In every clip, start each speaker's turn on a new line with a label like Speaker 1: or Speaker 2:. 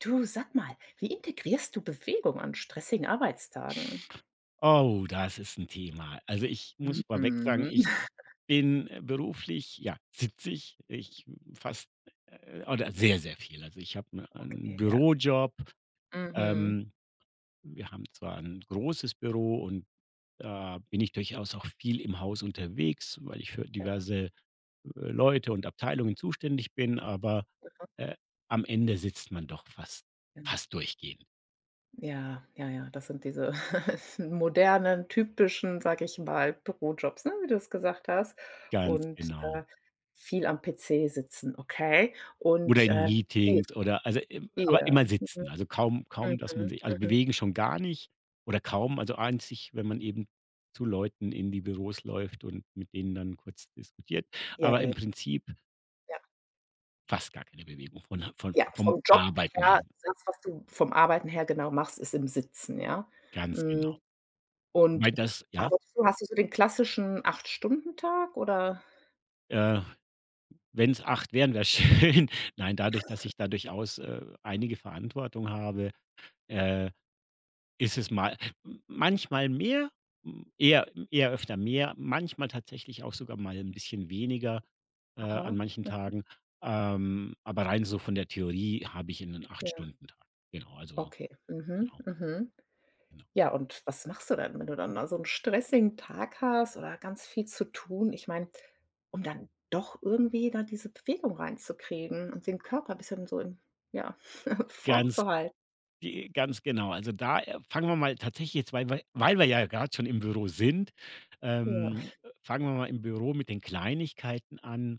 Speaker 1: Du, sag mal, wie integrierst du Bewegung an stressigen Arbeitstagen?
Speaker 2: Oh, das ist 'n Thema. Also, ich muss vorweg sagen,
Speaker 1: Mhm.
Speaker 2: ich bin, beruflich, ja, sitzig, ich. Fast, oder sehr, sehr viel. Also, ich habe 'n einen
Speaker 1: Okay, ja.
Speaker 2: Bürojob.
Speaker 1: Mhm.
Speaker 2: Ähm, Wir haben zwar 'n großes Büro und da bin ich durchaus auch viel im Haus unterwegs, weil ich für
Speaker 1: Ja,
Speaker 2: diverse, Leute und Abteilungen zuständig bin, aber,
Speaker 1: aha,
Speaker 2: äh, am Ende sitzt man doch fast
Speaker 1: genau.
Speaker 2: fast durchgehend.
Speaker 1: Ja, ja, ja, das sind diese modernen, typischen, sag ich mal, Bürojobs, ne, wie du es gesagt hast.
Speaker 2: Ganz
Speaker 1: Und,
Speaker 2: genau.
Speaker 1: viel am PC sitzen, okay?
Speaker 2: Oder
Speaker 1: Und,
Speaker 2: in
Speaker 1: viel
Speaker 2: Meetings oder also, im aber
Speaker 1: ja,
Speaker 2: immer
Speaker 1: mhm,
Speaker 2: sitzen. Also, kaum, dass man
Speaker 1: mhm,
Speaker 2: sich
Speaker 1: mhm.
Speaker 2: bewegen schon gar nicht oder kaum. Also, einzig, wenn man eben zu Leuten in die Büros läuft und mit denen dann kurz diskutiert.
Speaker 1: Ja,
Speaker 2: Aber
Speaker 1: ja,
Speaker 2: im Prinzip
Speaker 1: ja.
Speaker 2: fast gar keine Bewegung von
Speaker 1: Ja,
Speaker 2: vom
Speaker 1: vom Job
Speaker 2: Arbeiten
Speaker 1: her,
Speaker 2: hin.
Speaker 1: das, was du vom Arbeiten her genau machst, ist im Sitzen, ja?
Speaker 2: Ganz
Speaker 1: Hm.
Speaker 2: genau.
Speaker 1: Und
Speaker 2: Weil das ja,
Speaker 1: arbeitest du hast du so den klassischen Acht-Stunden-Tag oder
Speaker 2: äh, wenn es 8 wären, wäre schön. Nein, dadurch, dass ich da durchaus, einige Verantwortung habe, äh ist es mal manchmal mehr, eher öfter mehr, manchmal tatsächlich auch sogar mal ein bisschen weniger, an
Speaker 1: aha,
Speaker 2: manchen
Speaker 1: hm,
Speaker 2: Tagen. Aber rein so von der Theorie habe ich in einen acht
Speaker 1: ja,
Speaker 2: stunden tag Genau, also
Speaker 1: okay. Mhm,
Speaker 2: genau,
Speaker 1: mhm.
Speaker 2: genau.
Speaker 1: Ja, und was machst du dann, wenn du dann da so einen stressigen Tag hast oder ganz viel zu tun? Ich meine, um dann doch irgendwie da diese Bewegung reinzukriegen und den Körper ein bisschen so in, ja, Form
Speaker 2: Ganz
Speaker 1: zu halten.
Speaker 2: Ganz genau. Also, da, fangen wir mal tatsächlich jetzt, weil wir ja gerade schon im Büro sind,
Speaker 1: Ja.
Speaker 2: ähm, fangen wir mal im Büro mit den Kleinigkeiten an,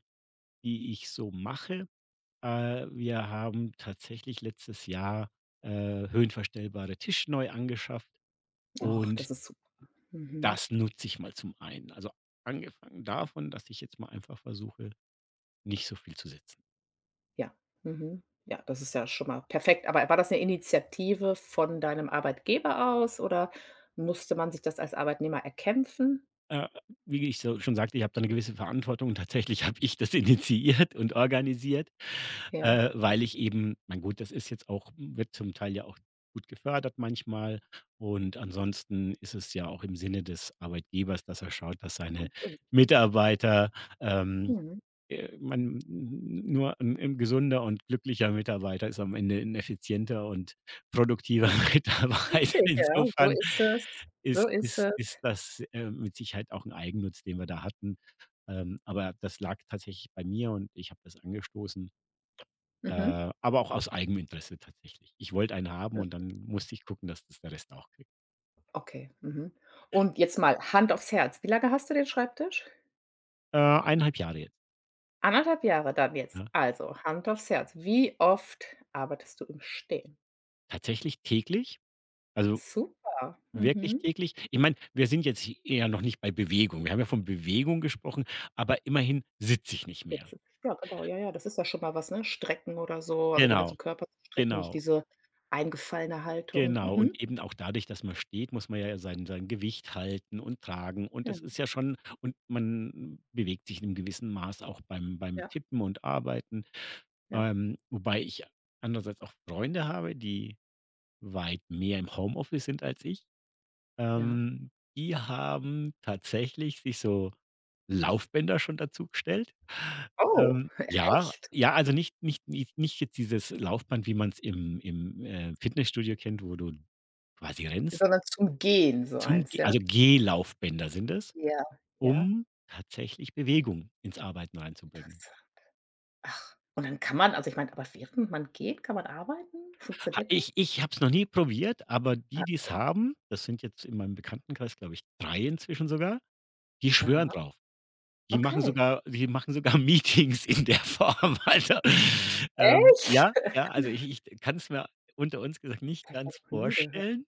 Speaker 2: die ich so mache. Wir haben tatsächlich letztes Jahr, höhenverstellbare Tische neu angeschafft,
Speaker 1: Ach,
Speaker 2: und
Speaker 1: das ist super. Mhm.
Speaker 2: das nutze ich mal zum einen. Also, angefangen davon, dass ich jetzt mal einfach versuche, nicht so viel zu sitzen.
Speaker 1: Ja, mhm. Ja, das ist ja schon mal perfekt. Aber war das eine Initiative von deinem Arbeitgeber aus oder musste man sich das als Arbeitnehmer erkämpfen?
Speaker 2: Äh, Wie ich so schon sagte, ich habe da 'ne gewisse Verantwortung. Tatsächlich habe ich das initiiert und organisiert,
Speaker 1: Ja,
Speaker 2: weil ich eben mein gut, das ist jetzt auch wird zum Teil ja auch gut gefördert manchmal, und ansonsten ist es ja auch im Sinne des Arbeitgebers, dass er schaut, dass seine
Speaker 1: natürlich.
Speaker 2: Mitarbeiter, ähm
Speaker 1: Mhm.
Speaker 2: man nur ein 'n gesunder und glücklicher Mitarbeiter ist am Ende ein effizienter und produktiver
Speaker 1: Ja.
Speaker 2: Mitarbeiter.
Speaker 1: Richtig, ja, so
Speaker 2: Insofern
Speaker 1: ist es. So
Speaker 2: ist
Speaker 1: ist
Speaker 2: ist ist
Speaker 1: es.
Speaker 2: das, mit Sicherheit auch ein Eigennutz, den wir da hatten. Aber das lag tatsächlich bei mir und ich habe das angestoßen,
Speaker 1: Mhm.
Speaker 2: äh, aber auch aus Eigeninteresse tatsächlich. Ich wollte einen haben
Speaker 1: Hm.
Speaker 2: und dann musste ich gucken, dass das der Rest auch kriegt.
Speaker 1: Okay, mhm. Und jetzt mal Hand aufs Herz. Wie lange hast du den Schreibtisch?
Speaker 2: 1,5 Jahre jetzt,
Speaker 1: 1,5 Jahre dann jetzt.
Speaker 2: ja.
Speaker 1: Also, Hand aufs Herz. Wie oft arbeitest du im Stehen?
Speaker 2: Tatsächlich täglich, also
Speaker 1: Super.
Speaker 2: wirklich
Speaker 1: Mhm.
Speaker 2: täglich? Ich meine, wir sind jetzt hi ja noch nicht bei Bewegung. Wir haben ja von Bewegung gesprochen, aber immerhin sitze ich nicht
Speaker 1: Ja,
Speaker 2: mehr.
Speaker 1: das ist ja, genau, ja, ja, das ist ja schon mal was, ne? Strecken oder so, also den
Speaker 2: Genau,
Speaker 1: ganzen Körper zu strecken, nicht
Speaker 2: genau,
Speaker 1: diese eingefallene Haltung.
Speaker 2: genau. Und
Speaker 1: Mhm.
Speaker 2: eben auch dadurch, dass man steht, muss man ja sein Gewicht halten und tragen. Und
Speaker 1: Ja,
Speaker 2: das ist ja schon, und man bewegt sich in einem gewissen Maß auch beim
Speaker 1: ja,
Speaker 2: Tippen und Arbeiten.
Speaker 1: ja,
Speaker 2: Wobei ich andererseits auch Freunde habe, die weit mehr im Homeoffice sind als ich.
Speaker 1: ja.
Speaker 2: Ähm, Die haben tatsächlich sich so Laufbänder schon dazugestellt.
Speaker 1: Oh,
Speaker 2: Ja,
Speaker 1: echt?
Speaker 2: ja, also nicht jetzt dieses Laufband, wie man es im Fitnessstudio kennt, wo du quasi rennst,
Speaker 1: Sondern zum Gehen so
Speaker 2: zum
Speaker 1: eins,
Speaker 2: Ge
Speaker 1: ja?
Speaker 2: also Gehlaufbänder sind es,
Speaker 1: Ja, ja,
Speaker 2: um tatsächlich Bewegung ins Arbeiten reinzubringen.
Speaker 1: interessant. Ach, und dann kann man also ich meine, aber während man geht, kann man arbeiten?
Speaker 2: Ha
Speaker 1: Funktioniert
Speaker 2: ich
Speaker 1: das?
Speaker 2: ich habe es noch nie probiert, aber
Speaker 1: Ah,
Speaker 2: die, die es
Speaker 1: okay.
Speaker 2: haben, das sind jetzt in meinem Bekanntenkreis, glaube ich, 3 inzwischen sogar, die schwören
Speaker 1: Aha,
Speaker 2: drauf.
Speaker 1: okay.
Speaker 2: Die machen sogar Meetings in der Form. Also,
Speaker 1: Echt?
Speaker 2: ja, ja, also ich kann's mir unter uns gesagt nicht
Speaker 1: Das habe
Speaker 2: ganz
Speaker 1: ich ja noch nie gehört.
Speaker 2: vorstellen,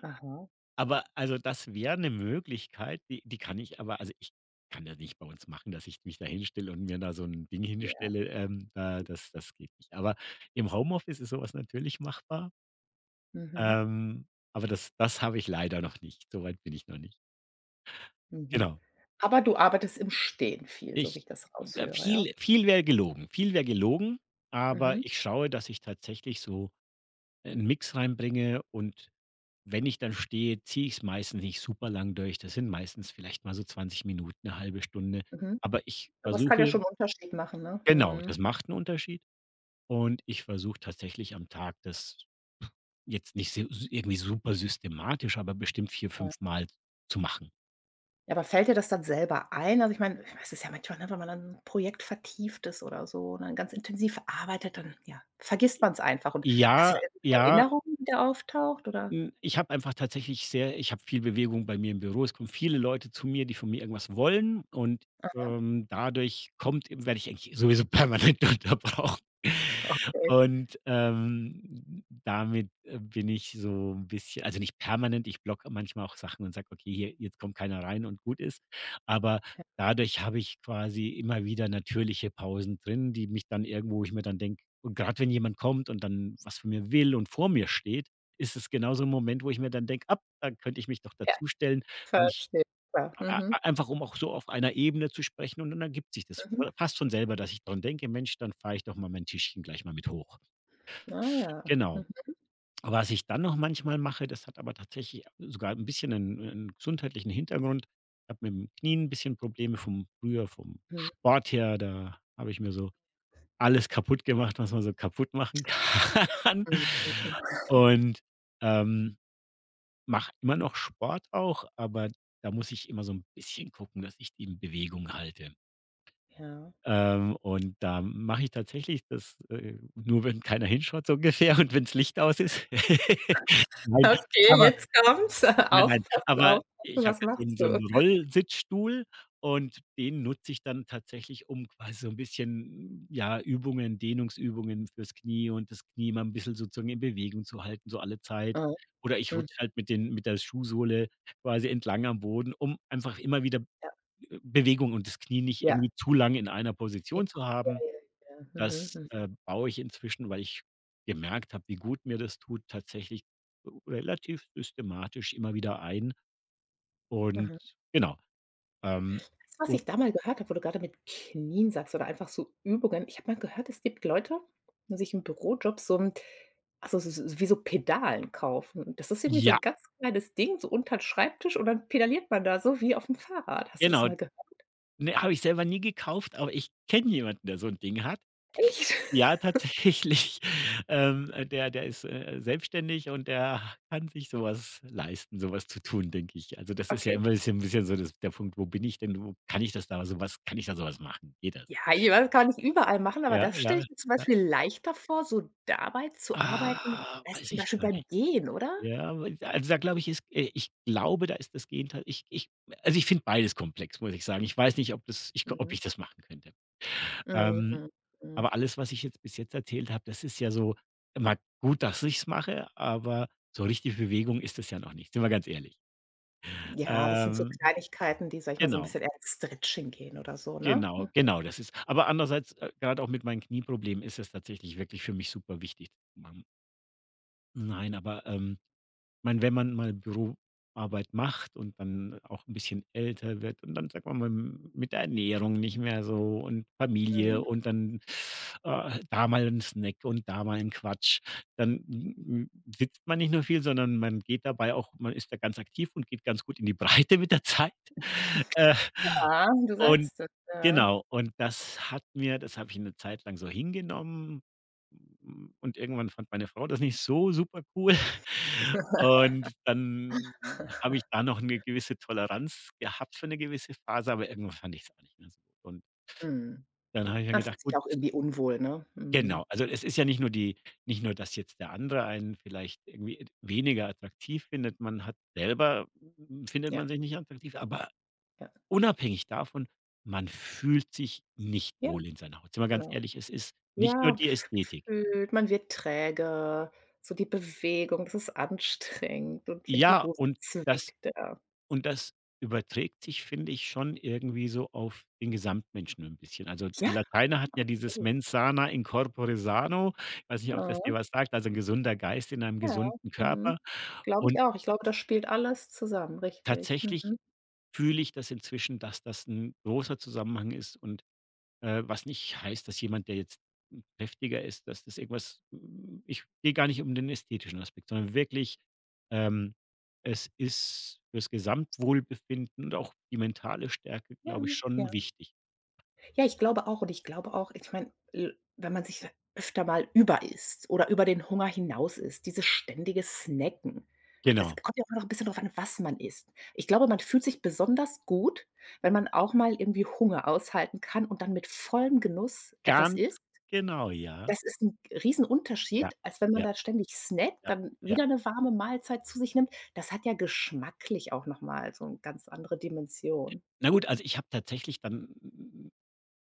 Speaker 1: Aha,
Speaker 2: aber also das wäre 'ne Möglichkeit, die die kann ich aber also ich kann das nicht bei uns machen, dass ich mich da hinstelle und mir da so 'n Ding
Speaker 1: ja.
Speaker 2: hinstelle, da das geht nicht. Aber im Homeoffice ist so was natürlich machbar,
Speaker 1: Mhm,
Speaker 2: ähm, aber das habe ich leider noch nicht. So weit bin ich noch nicht.
Speaker 1: mhm.
Speaker 2: Genau.
Speaker 1: Aber du arbeitest im Stehen viel, so wie ich
Speaker 2: Ich
Speaker 1: das raushöre, ja?
Speaker 2: Viel wäre gelogen, viel wäre gelogen,
Speaker 1: Mhm.
Speaker 2: aber ich schaue, dass ich tatsächlich so einen Mix reinbringe, und wenn ich dann stehe, ziehe ich es meistens nicht super lang durch. Das sind meistens vielleicht mal so 20 Minuten, eine halbe Stunde.
Speaker 1: Mhm.
Speaker 2: Aber ich
Speaker 1: Aber es kann ja
Speaker 2: versuche
Speaker 1: schon 'n Unterschied machen, ne?
Speaker 2: genau,
Speaker 1: Mhm.
Speaker 2: das macht einen Unterschied, und ich versuche tatsächlich am Tag das jetzt nicht so irgendwie super systematisch, aber bestimmt vier
Speaker 1: Ja.
Speaker 2: 5 Mal zu machen.
Speaker 1: Ja, aber fällt dir das dann selber ein? Also, ich meine, es ist ja manchmal, ne, wenn man dann 'n Projekt vertieft ist oder so und dann ganz intensiv arbeitet, dann, ja, vergisst man es einfach. Und hast du da
Speaker 2: Ja,
Speaker 1: irgendeine
Speaker 2: ja.
Speaker 1: Erinnerung, die da auftaucht oder
Speaker 2: Ich habe einfach tatsächlich sehr ich habe viel Bewegung bei mir im Büro. Es kommen viele Leute zu mir, die von mir irgendwas wollen, und, dadurch kommt werde ich eigentlich sowieso permanent unterbrochen.
Speaker 1: okay,
Speaker 2: Und, damit, bin ich so ein bisschen also nicht permanent, ich blocke manchmal auch Sachen und sage: „Okay, hier jetzt kommt keiner rein“, und gut ist. Aber dadurch habe ich quasi immer wieder natürliche Pausen drin, die mich dann irgendwo wo ich mir dann denke, und gerade wenn jemand kommt und dann was von mir will und vor mir steht, ist es genau so 'n Moment, wo ich mir dann denke: ab, da könnte ich mich doch
Speaker 1: ja,
Speaker 2: dazustellen“, weil ich
Speaker 1: verstehe. Ja,
Speaker 2: a
Speaker 1: mhm,
Speaker 2: a einfach um auch so auf einer Ebene zu sprechen, und dann ergibt sich das
Speaker 1: mhm.
Speaker 2: oder fast von selber, dass ich dran denke: „Mensch, dann fahre ich doch mal mein Tischchen gleich mal mit hoch.“
Speaker 1: Ah ja. Mhm,
Speaker 2: Genau. Was ich dann noch manchmal mache, das hat aber tatsächlich sogar ein bisschen einen 'nen gesundheitlichen Hintergrund. Ich habe mit dem Knie ein bisschen Probleme vom
Speaker 1: mhm.
Speaker 2: Sport her, da habe ich mir so alles kaputt gemacht, was man so kaputt machen kann.
Speaker 1: Mhm.
Speaker 2: Und, ähm mache immer noch Sport auch, aber da muss ich immer so ein bisschen gucken, dass ich die in Bewegung halte.
Speaker 1: Ja.
Speaker 2: Und da mache ich tatsächlich das, nur wenn keiner hinschaut so ungefähr, und wenn's Licht aus ist. Nein,
Speaker 1: Okay,
Speaker 2: aber
Speaker 1: jetzt kommt's.
Speaker 2: Nein, nein,
Speaker 1: Aufpassen,
Speaker 2: aber
Speaker 1: aufpassen,
Speaker 2: ich habe
Speaker 1: was
Speaker 2: jetzt so
Speaker 1: machst
Speaker 2: 'n so
Speaker 1: du?
Speaker 2: 'n Rollsitzstuhl, und den nutze ich dann tatsächlich, um quasi so 'n bisschen, ja, Übungen, Dehnungsübungen fürs Knie, und das Knie mal 'n bisschen sozusagen in Bewegung zu halten, so alle Zeit.
Speaker 1: Ah,
Speaker 2: Oder ich
Speaker 1: mhm.
Speaker 2: rutsche halt mit der Schuhsohle quasi entlang am Boden, um einfach immer wieder,
Speaker 1: Ja,
Speaker 2: Bewegung, und das Knie nicht
Speaker 1: ja,
Speaker 2: irgendwie zu lange in einer
Speaker 1: ja,
Speaker 2: Position zu
Speaker 1: ja,
Speaker 2: haben.
Speaker 1: ja. ja. Mhm,
Speaker 2: Das,
Speaker 1: mhm.
Speaker 2: baue ich inzwischen, weil ich gemerkt habe, wie gut mir das tut, tatsächlich relativ systematisch immer wieder ein.
Speaker 1: Aha.
Speaker 2: Und genau, ähm,
Speaker 1: Weißt du, was
Speaker 2: o
Speaker 1: ich da mal gehört habe, wo du gerade mit Knien sagst oder einfach so Übungen? Ich habe mal gehört, es gibt Leute, die sich im Bürojob so 'n also, s s wie so Pedalen kaufen. Das ist irgendwie so ein
Speaker 2: ja,
Speaker 1: ganz kleines Ding, so untern Schreibtisch und dann pedaliert man da so wie auf dem Fahrrad. Hast du das
Speaker 2: genau.
Speaker 1: mal gehört?
Speaker 2: Ne, habe ich selber nie gekauft, aber ich kenne jemanden, der so 'n Ding hat.
Speaker 1: Echt?
Speaker 2: Ja, tatsächlich. Der ist, selbstständig, und der kann sich so was leisten, so was zu tun, denke ich. Also, das ist ja
Speaker 1: Okay.
Speaker 2: immer ist ja 'n bisschen so das der Punkt: „Wo bin ich denn? Wo kann ich das da so was kann ich da so was machen? Geht das?“
Speaker 1: Ja, ich weiß, das kann man nicht überall machen, aber
Speaker 2: Ja,
Speaker 1: das
Speaker 2: ja,
Speaker 1: stelle ich mir zum
Speaker 2: ja.
Speaker 1: Beispiel leichter vor, so dabei zu arbeiten
Speaker 2: Ah,
Speaker 1: als
Speaker 2: weiß
Speaker 1: zum
Speaker 2: ich
Speaker 1: Beispiel
Speaker 2: gar
Speaker 1: beim
Speaker 2: nicht.
Speaker 1: Gehen, oder?
Speaker 2: Ja, aber ich also, da glaube ich, ist ich glaube, da ist das Gegenteil ich ich also, ich finde beides komplex, muss ich sagen. Ich weiß nicht, ob
Speaker 1: Mhm.
Speaker 2: ich das machen könnte.
Speaker 1: Mhm,
Speaker 2: Ähm,
Speaker 1: mhm, mhm.
Speaker 2: aber alles, was ich jetzt bis jetzt erzählt habe, das ist ja so mal gut, dass ich es mache, aber so richtig Bewegung ist das ja noch nicht, sind wir ganz ehrlich.
Speaker 1: Ja, das sind so
Speaker 2: Ähm,
Speaker 1: Kleinigkeiten, die, sage ich mal, so 'n
Speaker 2: genau,
Speaker 1: bisschen eher ins Stretching gehen oder so, ne?
Speaker 2: genau, das ist aber andererseits, grad auch mit meinen Knieproblemen ist es tatsächlich wirklich für mich super wichtig zu machen. Nein, aber, meine, wenn man mal Büroarbeit macht und dann auch ein bisschen älter wird, und dann, sagen wir mal, m mit der Ernährung nicht mehr so und Familie
Speaker 1: Mhm.
Speaker 2: und dann, da mal ein Snack und da mal ein Quatsch, dann m m sitzt man nicht nur viel, sondern man geht dabei auch man ist da ganz aktiv und geht ganz gut in die Breite mit der Zeit. Äh,
Speaker 1: Ja, du
Speaker 2: und
Speaker 1: sagst es, ja.
Speaker 2: Genau, und das hat mir das habe ich eine Zeit lang so hingenommen, und irgendwann fand meine Frau das nicht so super cool. Und dann habe ich da noch eine gewisse Toleranz gehabt für eine gewisse Phase, aber irgendwann fand ich es auch nicht mehr so gut. Und
Speaker 1: Mhm.
Speaker 2: dann habe ich mir
Speaker 1: Man fühlt
Speaker 2: gedacht:
Speaker 1: sich
Speaker 2: „Gut.“
Speaker 1: auch irgendwie unwohl, ne? Mhm.
Speaker 2: Genau, also es ist ja nicht nur, dass jetzt der andere einen vielleicht irgendwie weniger attraktiv findet, man hat selber findet
Speaker 1: Ja,
Speaker 2: man sich nicht attraktiv, aber
Speaker 1: ja.
Speaker 2: unabhängig davon, man fühlt sich nicht
Speaker 1: Ja,
Speaker 2: wohl in seiner Haut. Sind wir ganz
Speaker 1: genau.
Speaker 2: ehrlich, es ist nicht nur
Speaker 1: Ja, gefühlt,
Speaker 2: die Ästhetik.
Speaker 1: man wird träge, so die Bewegung, das ist anstrengend und wenn die
Speaker 2: Ja,
Speaker 1: Hose
Speaker 2: und das
Speaker 1: zwickt, ja.
Speaker 2: das überträgt sich, finde ich, schon irgendwie so auf den Gesamtmenschen ein bisschen. Also,
Speaker 1: Ja,
Speaker 2: die Lateiner hatten ja dieses
Speaker 1: absolut.
Speaker 2: „Mens sana in corpore sano“. Ich weiß nicht, ob das
Speaker 1: Mhm,
Speaker 2: dir was sagt, also, ein gesunder Geist in einem
Speaker 1: ja,
Speaker 2: gesunden
Speaker 1: mhm.
Speaker 2: Körper.
Speaker 1: Glaube ich
Speaker 2: Und
Speaker 1: auch. Ich glaube, das spielt alles zusammen, richtig.
Speaker 2: tatsächlich
Speaker 1: Mhm.
Speaker 2: fühle ich das inzwischen, dass das ein großer Zusammenhang ist. Und was nicht heißt, dass jemand, der jetzt kräftiger ist, dass das irgendwas ich gehe gar nicht um den ästhetischen Aspekt, sondern wirklich, ähm, es ist fürs Gesamtwohlbefinden und auch die mentale Stärke,
Speaker 1: Ja,
Speaker 2: glaube ich,
Speaker 1: ja.
Speaker 2: schon wichtig.
Speaker 1: Ja, ich glaube auch und ich glaube auch ich meine, wenn man sich öfter mal über isst oder über den Hunger hinaus isst, dieses ständige Snacken. Es
Speaker 2: Genau.
Speaker 1: kommt ja auch noch ein bisschen drauf an, was man isst. Ich glaube, man fühlt sich besonders gut, wenn man auch mal irgendwie Hunger aushalten kann und dann mit vollem Genuss etwas
Speaker 2: Ganz
Speaker 1: isst.
Speaker 2: genau, ja.
Speaker 1: Das ist 'n
Speaker 2: Ja,
Speaker 1: Riesenunterschied, als wenn man
Speaker 2: ja,
Speaker 1: da ständig snackt,
Speaker 2: ja,
Speaker 1: dann
Speaker 2: ja.
Speaker 1: wieder eine warme Mahlzeit zu sich nimmt. Das hat ja geschmacklich auch noch mal so eine ganz andere Dimension.
Speaker 2: Na gut, also ich habe tatsächlich dann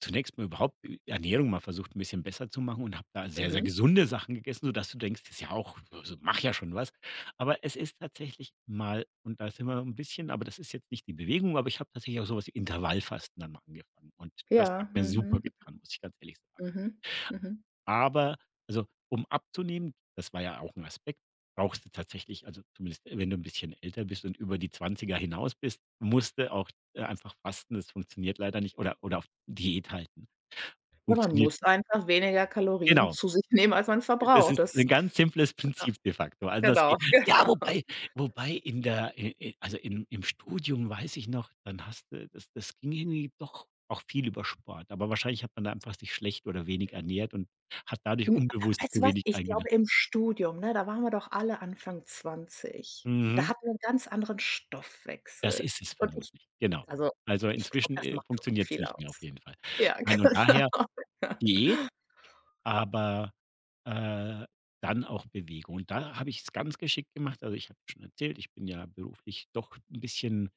Speaker 2: zunächst mal überhaupt Ernährung mal versucht, ein bisschen besser zu machen, und habe da sehr, sehr
Speaker 1: Mhm.
Speaker 2: gesunde Sachen gegessen, sodass du denkst: „Das ist ja auch, also, macht ja schon was.“ Aber es ist tatsächlich mal, und da sind wir ein bisschen, aber das ist jetzt nicht die Bewegung, aber ich habe tatsächlich auch so was wie Intervallfasten dann mal angefangen, und das hat
Speaker 1: Ja,
Speaker 2: mir super
Speaker 1: mhm,
Speaker 2: getan, muss ich ganz ehrlich sagen.
Speaker 1: mhm, mhm. mhm.
Speaker 2: Aber also, um abzunehmen, das war ja auch ein Aspekt, brauchst du tatsächlich, also, zumindest wenn du ein bisschen älter bist und über die Zwanziger hinaus bist, musste auch, einfach fasten. Das funktioniert leider nicht, oder auf Diät halten.
Speaker 1: Ja, man
Speaker 2: Funktioniert.
Speaker 1: muss einfach weniger Kalorien
Speaker 2: Genau.
Speaker 1: zu sich nehmen, als man
Speaker 2: Das
Speaker 1: verbraucht.
Speaker 2: ist
Speaker 1: Das
Speaker 2: ein ganz simples Prinzip de facto. Also, das
Speaker 1: genau,
Speaker 2: geht, ja,
Speaker 1: genau.
Speaker 2: wobei, wobei in der i i also, im Studium weiß ich noch, dann hast du, das ging irgendwie doch auch viel über Sport, aber wahrscheinlich hat man da einfach sich schlecht oder wenig ernährt und hat dadurch
Speaker 1: N
Speaker 2: unbewusst
Speaker 1: weißt du
Speaker 2: zu
Speaker 1: was?
Speaker 2: wenig
Speaker 1: Ich
Speaker 2: eingenommen.
Speaker 1: glaube, im Studium, ne, da waren wir doch alle Anfang zwanzig. Da
Speaker 2: Mhm.
Speaker 1: hatten wir 'n ganz anderen
Speaker 2: Das
Speaker 1: Stoffwechsel.
Speaker 2: ist es
Speaker 1: Und ich
Speaker 2: vermutlich, genau.
Speaker 1: also,
Speaker 2: Also,
Speaker 1: ich glaube,
Speaker 2: inzwischen,
Speaker 1: das macht wirklich
Speaker 2: funktioniert's
Speaker 1: viel
Speaker 2: nicht mehr auf
Speaker 1: aus.
Speaker 2: jeden Fall.
Speaker 1: Ja,
Speaker 2: Nein, und daher
Speaker 1: genau. Ja.
Speaker 2: Diät. Aber, äh, dann auch Bewegung. Und da habe ich es ganz geschickt gemacht. Also, ich habe ja schon erzählt, ich bin ja beruflich doch ein bisschen,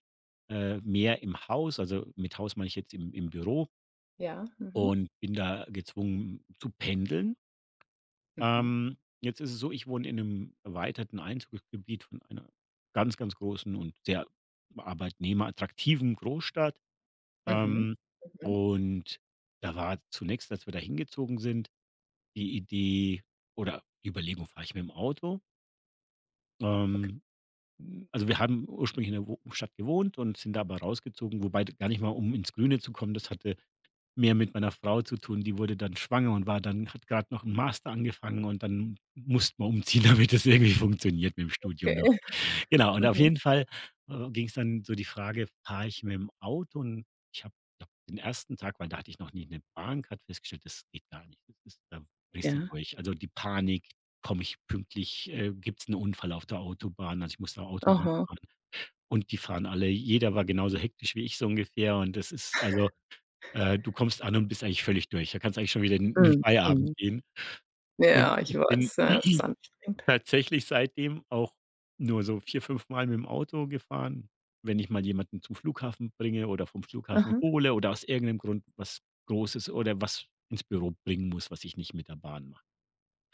Speaker 2: mehr im Haus. Also, mit Haus meine ich jetzt, im Büro,
Speaker 1: Ja, mhm.
Speaker 2: und bin da gezwungen zu pendeln.
Speaker 1: Mhm.
Speaker 2: Ähm, jetzt ist es so, ich wohne in einem erweiterten Einzugsgebiet von einer ganz, ganz großen und sehr arbeitnehmerattraktiven Großstadt.
Speaker 1: Mhm.
Speaker 2: Ähm,
Speaker 1: Mhm.
Speaker 2: und da war zunächst, als wir da hingezogen sind, die Idee oder die Überlegung: Fahre ich mit dem Auto?
Speaker 1: Okay.
Speaker 2: Ähm, also, wir haben ursprünglich in der Wo Stadt gewohnt und sind da aber rausgezogen, wobei d gar nicht mal, um ins Grüne zu kommen, das hatte mehr mit meiner Frau zu tun. Die wurde dann schwanger und war dann, hat gerade noch einen Master angefangen, und dann musste man umziehen, damit das irgendwie funktioniert mit dem Studium
Speaker 1: Okay.
Speaker 2: noch. Genau, und auf
Speaker 1: Mhm.
Speaker 2: jeden Fall, ging es dann so die Frage, fahre ich mit dem Auto? Und ich habe, glaube, den ersten Tag, weil da hatte ich noch nie eine Bahn gehabt, festgestellt, das geht gar nicht. Das ist, da drehst du
Speaker 1: Ja.
Speaker 2: durch. Also, die Panik, komme ich pünktlich, gibt es einen Unfall auf der Autobahn? Also, ich muss auf Autobahn
Speaker 1: Aha.
Speaker 2: fahren, und die fahren alle, jeder war genauso hektisch wie ich so ungefähr, und das ist, also, du kommst an und bist eigentlich völlig durch. Da kannst eigentlich schon wieder in den
Speaker 1: Mhm.
Speaker 2: Feierabend
Speaker 1: Mhm.
Speaker 2: gehen, und
Speaker 1: Ja, ich
Speaker 2: ich bin
Speaker 1: weiß. Ja, ist anstrengend.
Speaker 2: tatsächlich seitdem auch nur so 4 5 Mal mit dem Auto gefahren. Wenn ich mal jemanden zum Flughafen bringe oder vom Flughafen
Speaker 1: Aha.
Speaker 2: hole oder aus irgendeinem Grund was Großes oder was ins Büro bringen muss, was ich nicht mit der Bahn mache.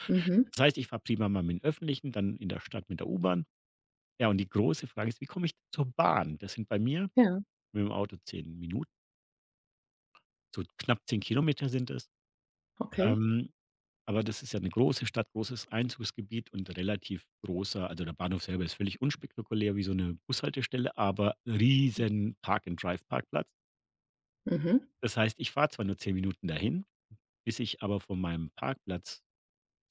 Speaker 1: Mhm.
Speaker 2: Das heißt, ich fahre prima mal mit dem Öffentlichen, dann in der Stadt mit der U-Bahn. Ja, und die große Frage ist: Wie komme ich zur Bahn? Das sind bei mir
Speaker 1: Ja,
Speaker 2: mit dem Auto 10 Minuten, so knapp 10 Kilometer sind es.
Speaker 1: okay.
Speaker 2: Ähm, aber das ist ja eine große Stadt, großes Einzugsgebiet und relativ großer, also, der Bahnhof selber ist völlig unspektakulär wie so eine Bushaltestelle, aber riesen Park-and-Drive-Parkplatz.
Speaker 1: Mhm.
Speaker 2: Das heißt, ich fahre zwar nur 10 Minuten dahin, bis ich aber von meinem Parkplatz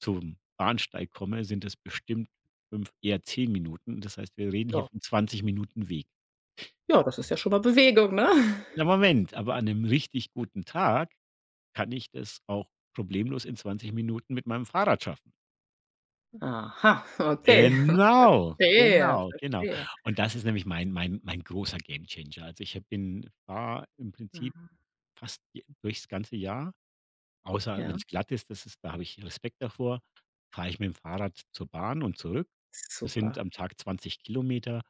Speaker 2: zum Bahnsteig komme, sind es bestimmt 5, eher 10 Minuten. Das heißt, wir reden hier
Speaker 1: Ja.
Speaker 2: von 20 Minuten Weg.
Speaker 1: Ja, das ist ja schon mal Bewegung, ne?
Speaker 2: Na, Moment, aber an einem richtig guten Tag kann ich das auch problemlos in 20 Minuten mit meinem Fahrrad schaffen.
Speaker 1: Aha, okay,
Speaker 2: Genau,
Speaker 1: verstehe,
Speaker 2: genau, genau.
Speaker 1: verstehe.
Speaker 2: Und das ist nämlich mein, mein großer Gamechanger. Also, ich habe, bin, war im Prinzip
Speaker 1: Mhm.
Speaker 2: fast je durchs ganze Jahr, außer
Speaker 1: Ja,
Speaker 2: wenn's glatt ist, das ist, da habe ich Respekt davor, fahre ich mit dem Fahrrad zur Bahn und zurück. Das sind
Speaker 1: super.
Speaker 2: am Tag 20 Kilometer,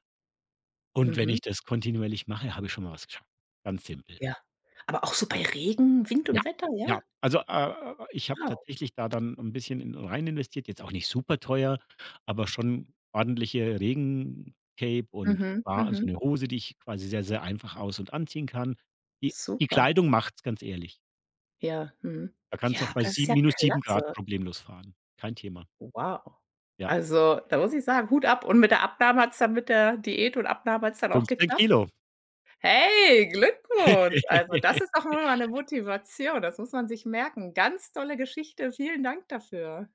Speaker 2: und wenn
Speaker 1: Mhm.
Speaker 2: ich das kontinuierlich mache, habe ich schon mal was geschafft. Ganz simpel.
Speaker 1: Ja. Aber auch so bei Regen, Wind
Speaker 2: Ja,
Speaker 1: und Wetter, ja?
Speaker 2: ja. Also, ich habe
Speaker 1: Wow.
Speaker 2: tatsächlich da dann ein bisschen in rein investiert, jetzt auch nicht super teuer, aber schon ordentliche Regencape und
Speaker 1: Mhm,
Speaker 2: war so
Speaker 1: mhm.
Speaker 2: eine Hose, die ich quasi sehr, sehr einfach aus und anziehen kann. Die die
Speaker 1: Super.
Speaker 2: Kleidung macht's, ganz ehrlich.
Speaker 1: Ja, mhm.
Speaker 2: Da kannst
Speaker 1: Ja,
Speaker 2: du auch
Speaker 1: aber
Speaker 2: bei
Speaker 1: das ist
Speaker 2: sieb
Speaker 1: ja
Speaker 2: minus 7 Grad
Speaker 1: klasse.
Speaker 2: problemlos fahren. Kein Thema.
Speaker 1: Wow.
Speaker 2: Ja,
Speaker 1: Also, da muss ich sagen, Hut ab und mit der Abnahme hat's dann mit der Diät und Abnahme hat's dann auch
Speaker 2: 15
Speaker 1: geklappt?
Speaker 2: Kilo.
Speaker 1: Hey, Glückwunsch. Also, das ist doch mal eine Motivation. Das muss man sich merken. Ganz tolle Geschichte. Vielen Dank dafür.